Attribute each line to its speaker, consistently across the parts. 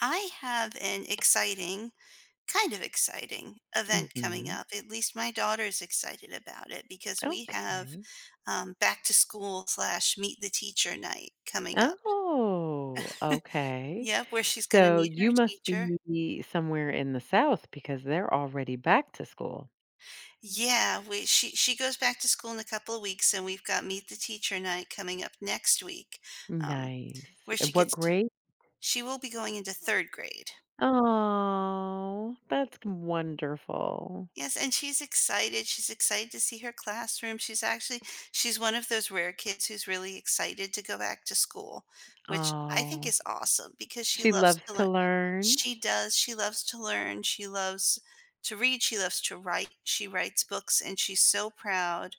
Speaker 1: I have an exciting, kind of exciting event coming
Speaker 2: Mhm.
Speaker 1: up. At least my daughter's excited about it because we have
Speaker 2: Okay.
Speaker 1: back to school slash meet the teacher night coming up.
Speaker 2: Oh, okay.
Speaker 1: Yep, where she's going to
Speaker 2: So
Speaker 1: meet her
Speaker 2: you must
Speaker 1: teacher.
Speaker 2: be somewhere in the South because they're already back to school.
Speaker 1: Yeah, we she goes back to school in a couple of weeks, and we've got meet the teacher night coming up next week, um,
Speaker 2: Nice.
Speaker 1: where she
Speaker 2: And what
Speaker 1: gets to
Speaker 2: grade?
Speaker 1: she will be going into third grade.
Speaker 2: Oh, that's wonderful.
Speaker 1: Yes, and she's excited. She's excited to see her classroom. She's one of those rare kids who's really excited to go back to school, which I think
Speaker 2: Oh,
Speaker 1: is awesome because she
Speaker 2: she
Speaker 1: loves
Speaker 2: loves
Speaker 1: to
Speaker 2: to
Speaker 1: learn.
Speaker 2: learn.
Speaker 1: She does. She loves to learn. She loves to read. She loves to write. She writes books and she's so proud.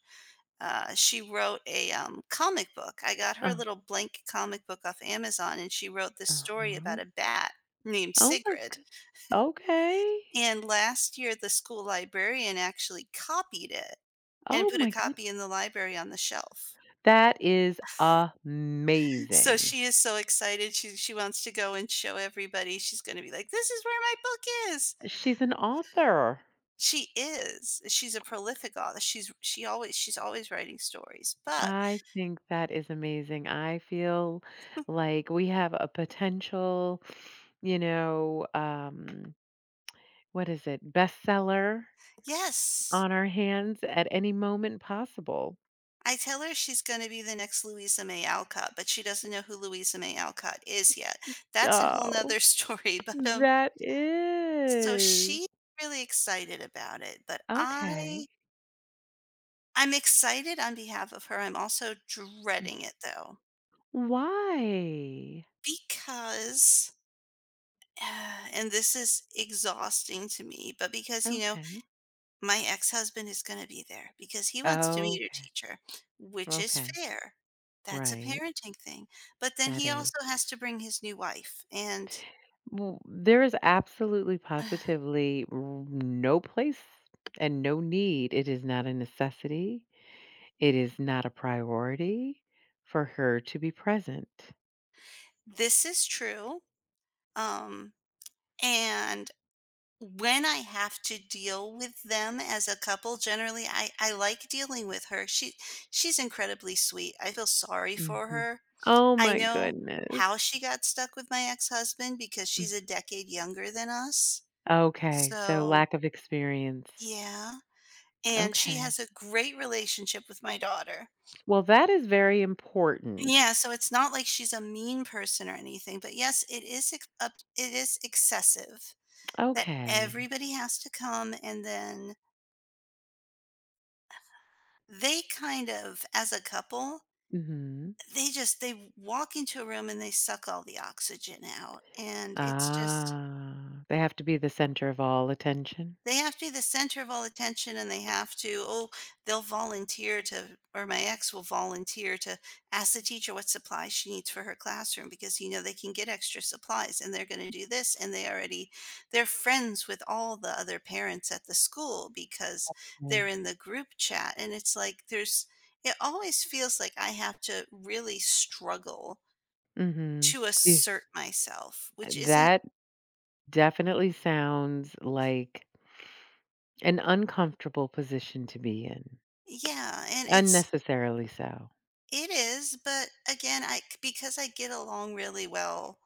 Speaker 1: She wrote a comic book. I got her a
Speaker 2: Uh
Speaker 1: little blank comic book off Amazon and she wrote this story
Speaker 2: huh.
Speaker 1: about a bat named
Speaker 2: Oh my
Speaker 1: Sigrid,
Speaker 2: good. Okay.
Speaker 1: and last year, the school librarian actually copied it and
Speaker 2: Oh
Speaker 1: put a
Speaker 2: my good.
Speaker 1: copy in the library on the shelf.
Speaker 2: That is
Speaker 1: So
Speaker 2: amazing.
Speaker 1: she is so excited. She wants to go and show everybody. She's gonna be like, "This is where my book is."
Speaker 2: She's an author.
Speaker 1: She is. She's a prolific author. She's always writing stories. But
Speaker 2: I think that is amazing. I feel like we have a potential, you know, um, what is it, bestseller
Speaker 1: yes,
Speaker 2: on our hands at any moment possible.
Speaker 1: I tell her she's gonna be the next Louisa May Alcott, but she doesn't know who Louisa May Alcott is yet. That's a whole
Speaker 2: Oh,
Speaker 1: nother story, but
Speaker 2: that
Speaker 1: so
Speaker 2: is.
Speaker 1: she's really excited about it, but I
Speaker 2: Okay.
Speaker 1: I'm excited on behalf of her. I'm also
Speaker 2: Mm.
Speaker 1: dreading it though
Speaker 2: Why?
Speaker 1: because and this is exhausting to me, but because
Speaker 2: Okay.
Speaker 1: my ex-husband is going to be there because he wants to meet her
Speaker 2: Okay.
Speaker 1: teacher, which is
Speaker 2: Okay.
Speaker 1: fair. That's a
Speaker 2: Right.
Speaker 1: parenting thing. But then
Speaker 2: That
Speaker 1: he
Speaker 2: is.
Speaker 1: also has to bring his new wife and
Speaker 2: Well, there is absolutely positively no place and no need. It is not a necessity. It is not a priority for her to be present.
Speaker 1: this is true. Um and When I have to deal with them as a couple, generally, I like dealing with her. She's incredibly sweet. I feel sorry for
Speaker 2: Hmm.
Speaker 1: her.
Speaker 2: Oh
Speaker 1: I
Speaker 2: my
Speaker 1: know
Speaker 2: goodness.
Speaker 1: how she got stuck with my ex-husband because
Speaker 2: Mm.
Speaker 1: she's a decade younger than us.
Speaker 2: Okay. So,
Speaker 1: So,
Speaker 2: lack of experience.
Speaker 1: yeah, and she
Speaker 2: Okay.
Speaker 1: has a great relationship with my daughter.
Speaker 2: Well, that is very important.
Speaker 1: Yeah, so it's not like she's a mean person or anything, but yes, it is ex up it is excessive that
Speaker 2: Okay.
Speaker 1: everybody has to come, and then they kind of as a couple,
Speaker 2: Hmm.
Speaker 1: they just they walk into a room and they suck all the oxygen out, and it's just
Speaker 2: Ah, they have to be the center of all attention.
Speaker 1: they have to be the center of all attention, and they have to oh, they'll volunteer to or my ex will volunteer to ask the teacher what supplies she needs for her classroom because you know they can get extra supplies, and they're going to do this, and they already they're friends with all the other parents at the school because they're in the group chat, and it's like there's it always feels like I have to really struggle
Speaker 2: Mm-hmm.
Speaker 1: to
Speaker 2: Yeah,
Speaker 1: assert myself, which isn't
Speaker 2: that definitely sounds like an uncomfortable position to be in,
Speaker 1: yeah, and it's
Speaker 2: unnecessarily so.
Speaker 1: it is, but again, I because I get along really well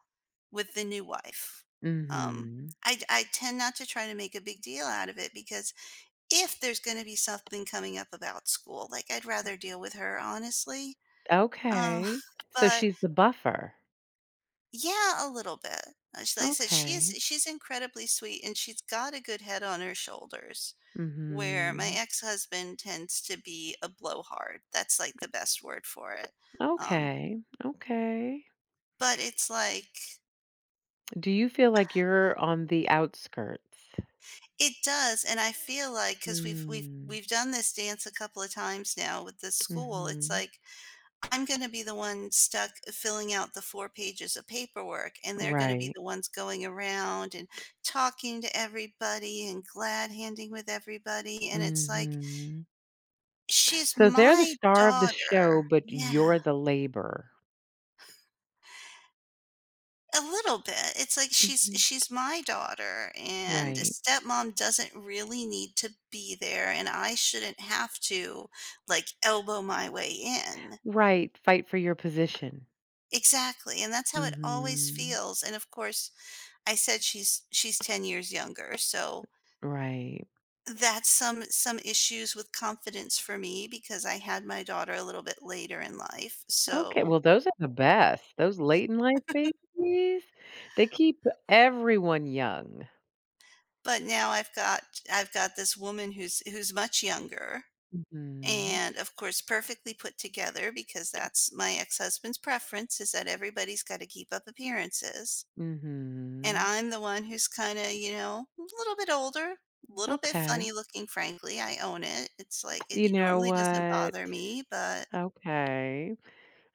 Speaker 1: with the new wife, um,
Speaker 2: Mhm.
Speaker 1: I tend not to try to make a big deal out of it because if there's gonna be something coming up about school, like, I'd rather deal with her, honestly. Uh,
Speaker 2: Okay. So
Speaker 1: but
Speaker 2: she's the buffer.
Speaker 1: yeah, a little bit. Sh Like I said,
Speaker 2: Okay.
Speaker 1: she's incredibly sweet, and she's got a good head on her shoulders, where my
Speaker 2: Mhm.
Speaker 1: ex-husband tends to be a blowhard. That's, like, the best word for it. Um,
Speaker 2: Okay. Okay.
Speaker 1: But it's like
Speaker 2: Do you feel like you're on the outskirts?
Speaker 1: it does, and I feel like because we 'cause we've we've
Speaker 2: Mm.
Speaker 1: we've done this dance a couple of times now with this school, it's
Speaker 2: Mhm.
Speaker 1: like, I'm gonna be the one stuck filling out the 4 pages of paperwork, and they're gonna be
Speaker 2: Right.
Speaker 1: the ones going around and talking to everybody and glad handing with everybody, and it's like,
Speaker 2: Mhm.
Speaker 1: "She's
Speaker 2: So they're the
Speaker 1: my
Speaker 2: star of the show,
Speaker 1: daughter."
Speaker 2: but you're
Speaker 1: Yeah.
Speaker 2: the labor.
Speaker 1: A little bit. It's like she's
Speaker 2: Mhm.
Speaker 1: she's my daughter, and
Speaker 2: Right.
Speaker 1: stepmom doesn't really need to be there, and I shouldn't have to, like, elbow my way in.
Speaker 2: Right. Fight for your position.
Speaker 1: Exactly, and that's how it always
Speaker 2: Mhm.
Speaker 1: feels, and of course, I said she's 10 years younger, so
Speaker 2: Right.
Speaker 1: that's some issues with confidence for me because I had my daughter a little bit later in life,
Speaker 2: Okay,
Speaker 1: so
Speaker 2: well, those are the best. Those late in life babies, they keep everyone young.
Speaker 1: but now I've got this woman who's much younger
Speaker 2: Mhm.
Speaker 1: and of course perfectly put together because that's my ex-husband's preference is that everybody's got to keep up appearances, and
Speaker 2: Mhm.
Speaker 1: I'm the one who's kind of, you know, a little bit older, a little bit
Speaker 2: Okay.
Speaker 1: funny looking. Frankly, I own it. It's like it
Speaker 2: You know
Speaker 1: normally doesn't
Speaker 2: what?
Speaker 1: bother me, but
Speaker 2: Okay.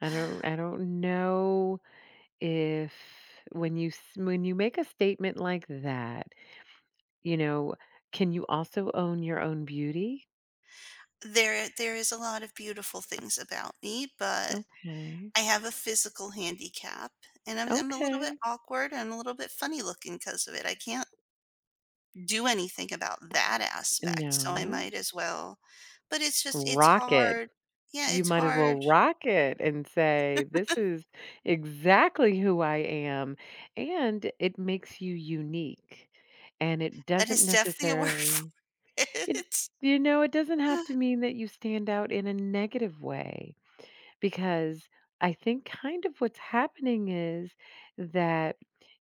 Speaker 2: I don't know if when you make a statement like that, you know, can you also own your own beauty?
Speaker 1: there is a lot of beautiful things about me, but
Speaker 2: Okay.
Speaker 1: I have a physical handicap, and I'm a little bit
Speaker 2: Okay.
Speaker 1: awkward and a little bit funny looking because of it. I can't do anything about that aspect, so I
Speaker 2: No.
Speaker 1: might as well, but it's just it's
Speaker 2: Rock it.
Speaker 1: hard. Yeah,
Speaker 2: You
Speaker 1: it's
Speaker 2: might as well
Speaker 1: hard.
Speaker 2: rock it and say, "This is exactly who I am." And it makes you unique, and it
Speaker 1: That
Speaker 2: doesn't
Speaker 1: is definitely a word for
Speaker 2: necessarily it
Speaker 1: it.
Speaker 2: you know, it doesn't have to mean that you stand out in a negative way. Because I think kind of what's happening is that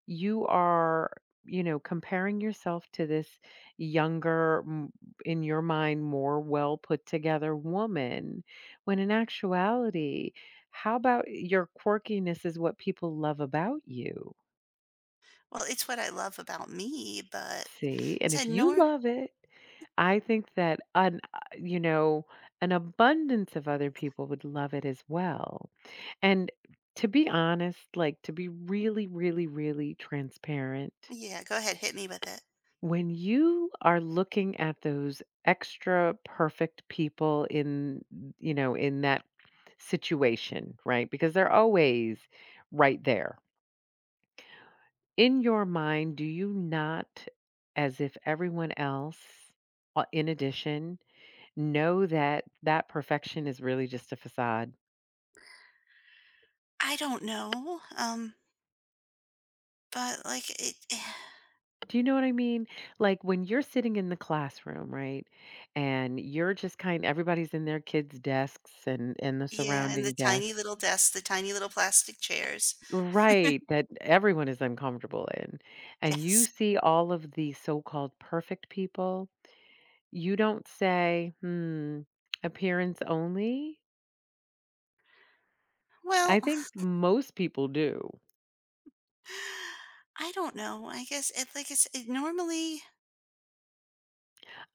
Speaker 2: you are, comparing yourself to this younger, in your mind, more well put together woman, when in actuality, how about your quirkiness is what people love about you?
Speaker 1: Well, it's what I love about me, but
Speaker 2: See, and
Speaker 1: said
Speaker 2: if you
Speaker 1: nor
Speaker 2: love it, I think that an an abundance of other people would love it as well. And to be honest, like to be really, really, really transparent,
Speaker 1: yeah, go ahead, hit me with it.
Speaker 2: when you are looking at those extra perfect people in, in that situation, right? Because they're always right there. In your mind, do you not, as if everyone else, in addition, know that that perfection is really just a facade?
Speaker 1: I don't know, but, like, it
Speaker 2: Do you know what I mean? Like when you're sitting in the classroom, right? And you're just kind everybody's in their kids' desks and the
Speaker 1: yeah, and the
Speaker 2: surrounding
Speaker 1: tiny
Speaker 2: desks.
Speaker 1: little desks, the tiny little plastic chairs.
Speaker 2: Right, that everyone is uncomfortable in. And you
Speaker 1: Yes.
Speaker 2: see all of the so-called perfect people. You don't say, "Hmm, appearance only." I
Speaker 1: Well,
Speaker 2: think most people do.
Speaker 1: I don't know, I guess it like, it's it normally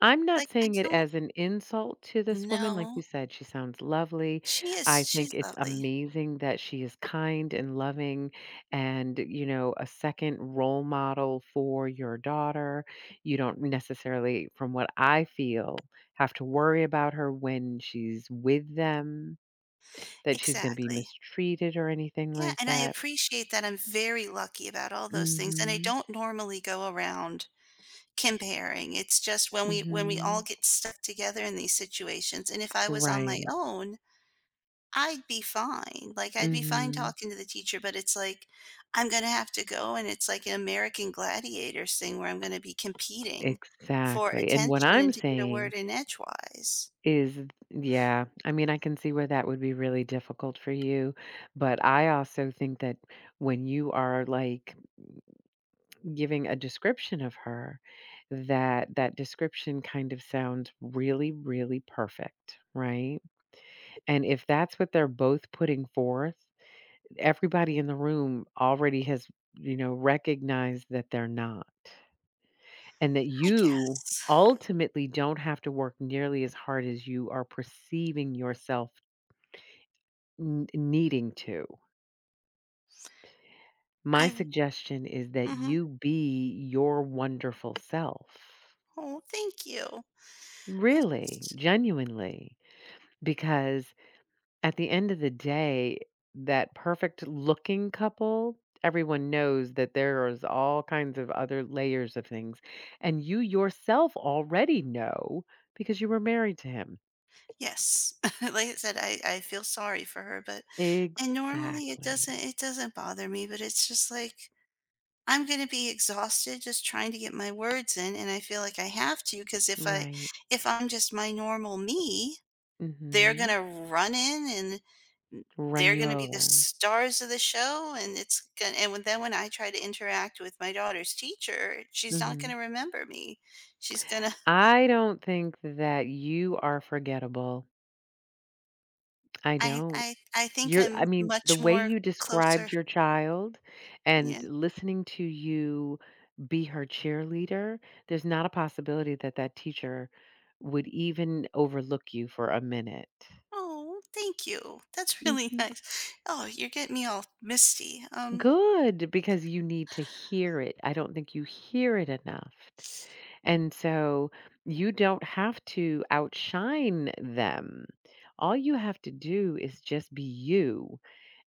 Speaker 2: I'm not
Speaker 1: like, I
Speaker 2: saying it
Speaker 1: don't
Speaker 2: as an insult to this woman, like
Speaker 1: No,
Speaker 2: you said, she sounds lovely. I think
Speaker 1: she's
Speaker 2: it's
Speaker 1: lovely.
Speaker 2: amazing that she is kind and loving and, a second role model for your daughter. You don't necessarily, from what I feel, have to worry about her when she's with them, that she's going to be
Speaker 1: Exactly.
Speaker 2: mistreated or anything
Speaker 1: Yeah,
Speaker 2: like
Speaker 1: and I
Speaker 2: that.
Speaker 1: appreciate that I'm very lucky about all those things, and I
Speaker 2: Mhm.
Speaker 1: don't normally go around comparing. It's just when we all
Speaker 2: Mhm.
Speaker 1: get stuck together in these situations, and if I was on my
Speaker 2: Right.
Speaker 1: own, I'd be fine. Like, I'd be fine
Speaker 2: Mhm.
Speaker 1: talking to the teacher, but it's like, I'm gonna have to go, and it's like an American Gladiators thing where I'm gonna be competing for
Speaker 2: Exactly. And what
Speaker 1: attention
Speaker 2: I'm
Speaker 1: and to get a word
Speaker 2: saying
Speaker 1: in edgewise.
Speaker 2: is yeah, I mean, I can see where that would be really difficult for you, but I also think that when you are, like, giving a description of her, that that description kind of sounds really, really perfect, right? And if that's what they're both putting forth, everybody in the room already has, recognized that they're not, and that
Speaker 1: I
Speaker 2: you
Speaker 1: guess.
Speaker 2: ultimately don't have to work nearly as hard as you are perceiving yourself N needing to. My
Speaker 1: I
Speaker 2: suggestion is that
Speaker 1: Mhm.
Speaker 2: you be your wonderful self.
Speaker 1: Oh, thank you. I
Speaker 2: Really,
Speaker 1: just
Speaker 2: genuinely, because at the end of the day, that perfect looking couple, everyone knows that there is all kinds of other layers of things, and you yourself already know because you were married to him.
Speaker 1: yes. Like I said, I feel sorry for her, but and normally it doesn't
Speaker 2: Exactly.
Speaker 1: it doesn't bother me, but it's just like I'm going to be exhausted just trying to get my words in, and I feel like I have to because
Speaker 2: Right.
Speaker 1: if I'm just my normal me, they're going
Speaker 2: Mhm.
Speaker 1: to run in, and
Speaker 2: Run
Speaker 1: they're
Speaker 2: you
Speaker 1: going to be the
Speaker 2: over.
Speaker 1: stars of the show, and it's going and when, then when I try to interact with my daughter's teacher, she's not
Speaker 2: Mhm.
Speaker 1: going to remember me. She's going to
Speaker 2: I don't think that you are forgettable. I
Speaker 1: I
Speaker 2: don't.
Speaker 1: I I think
Speaker 2: You're I
Speaker 1: I'm
Speaker 2: mean, the
Speaker 1: much
Speaker 2: way
Speaker 1: more
Speaker 2: you
Speaker 1: closer
Speaker 2: described your child
Speaker 1: yeah.
Speaker 2: and listening to you be her cheerleader, there's not a possibility that that teacher would even overlook you for a minute.
Speaker 1: Oh, thank you. That's really
Speaker 2: Mhm.
Speaker 1: nice. Oh, you're getting me all misty.
Speaker 2: Good, because you need to hear it. I don't think you hear it enough. And so you don't have to outshine them. All you have to do is just be you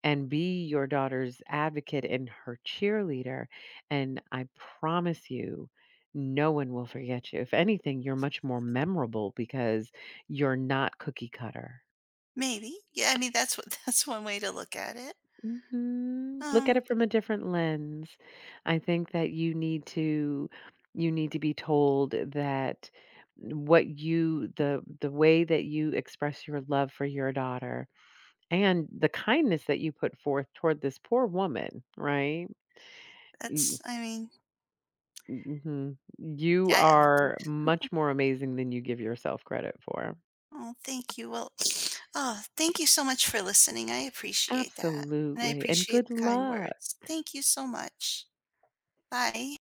Speaker 2: and be your daughter's advocate and her cheerleader. And I promise you, no one will forget you. If anything, you're much more memorable because you're not cookie cutter.
Speaker 1: Maybe. Yeah, I mean, that's what that's one way to look at it.
Speaker 2: Mhm. Look at
Speaker 1: Um,
Speaker 2: it from a different lens. I think that you need to be told that what you the way that you express your love for your daughter and the kindness that you put forth toward this poor woman, right? Y-
Speaker 1: that's I mean,
Speaker 2: mhm. You
Speaker 1: I I-
Speaker 2: are much more amazing than you give yourself credit for.
Speaker 1: Oh, thank you. Well, oh, thank you so much for listening. I appreciate that, and I
Speaker 2: Absolutely. And
Speaker 1: appreciate
Speaker 2: good
Speaker 1: the kind
Speaker 2: luck.
Speaker 1: words. Thank you so much. Bye.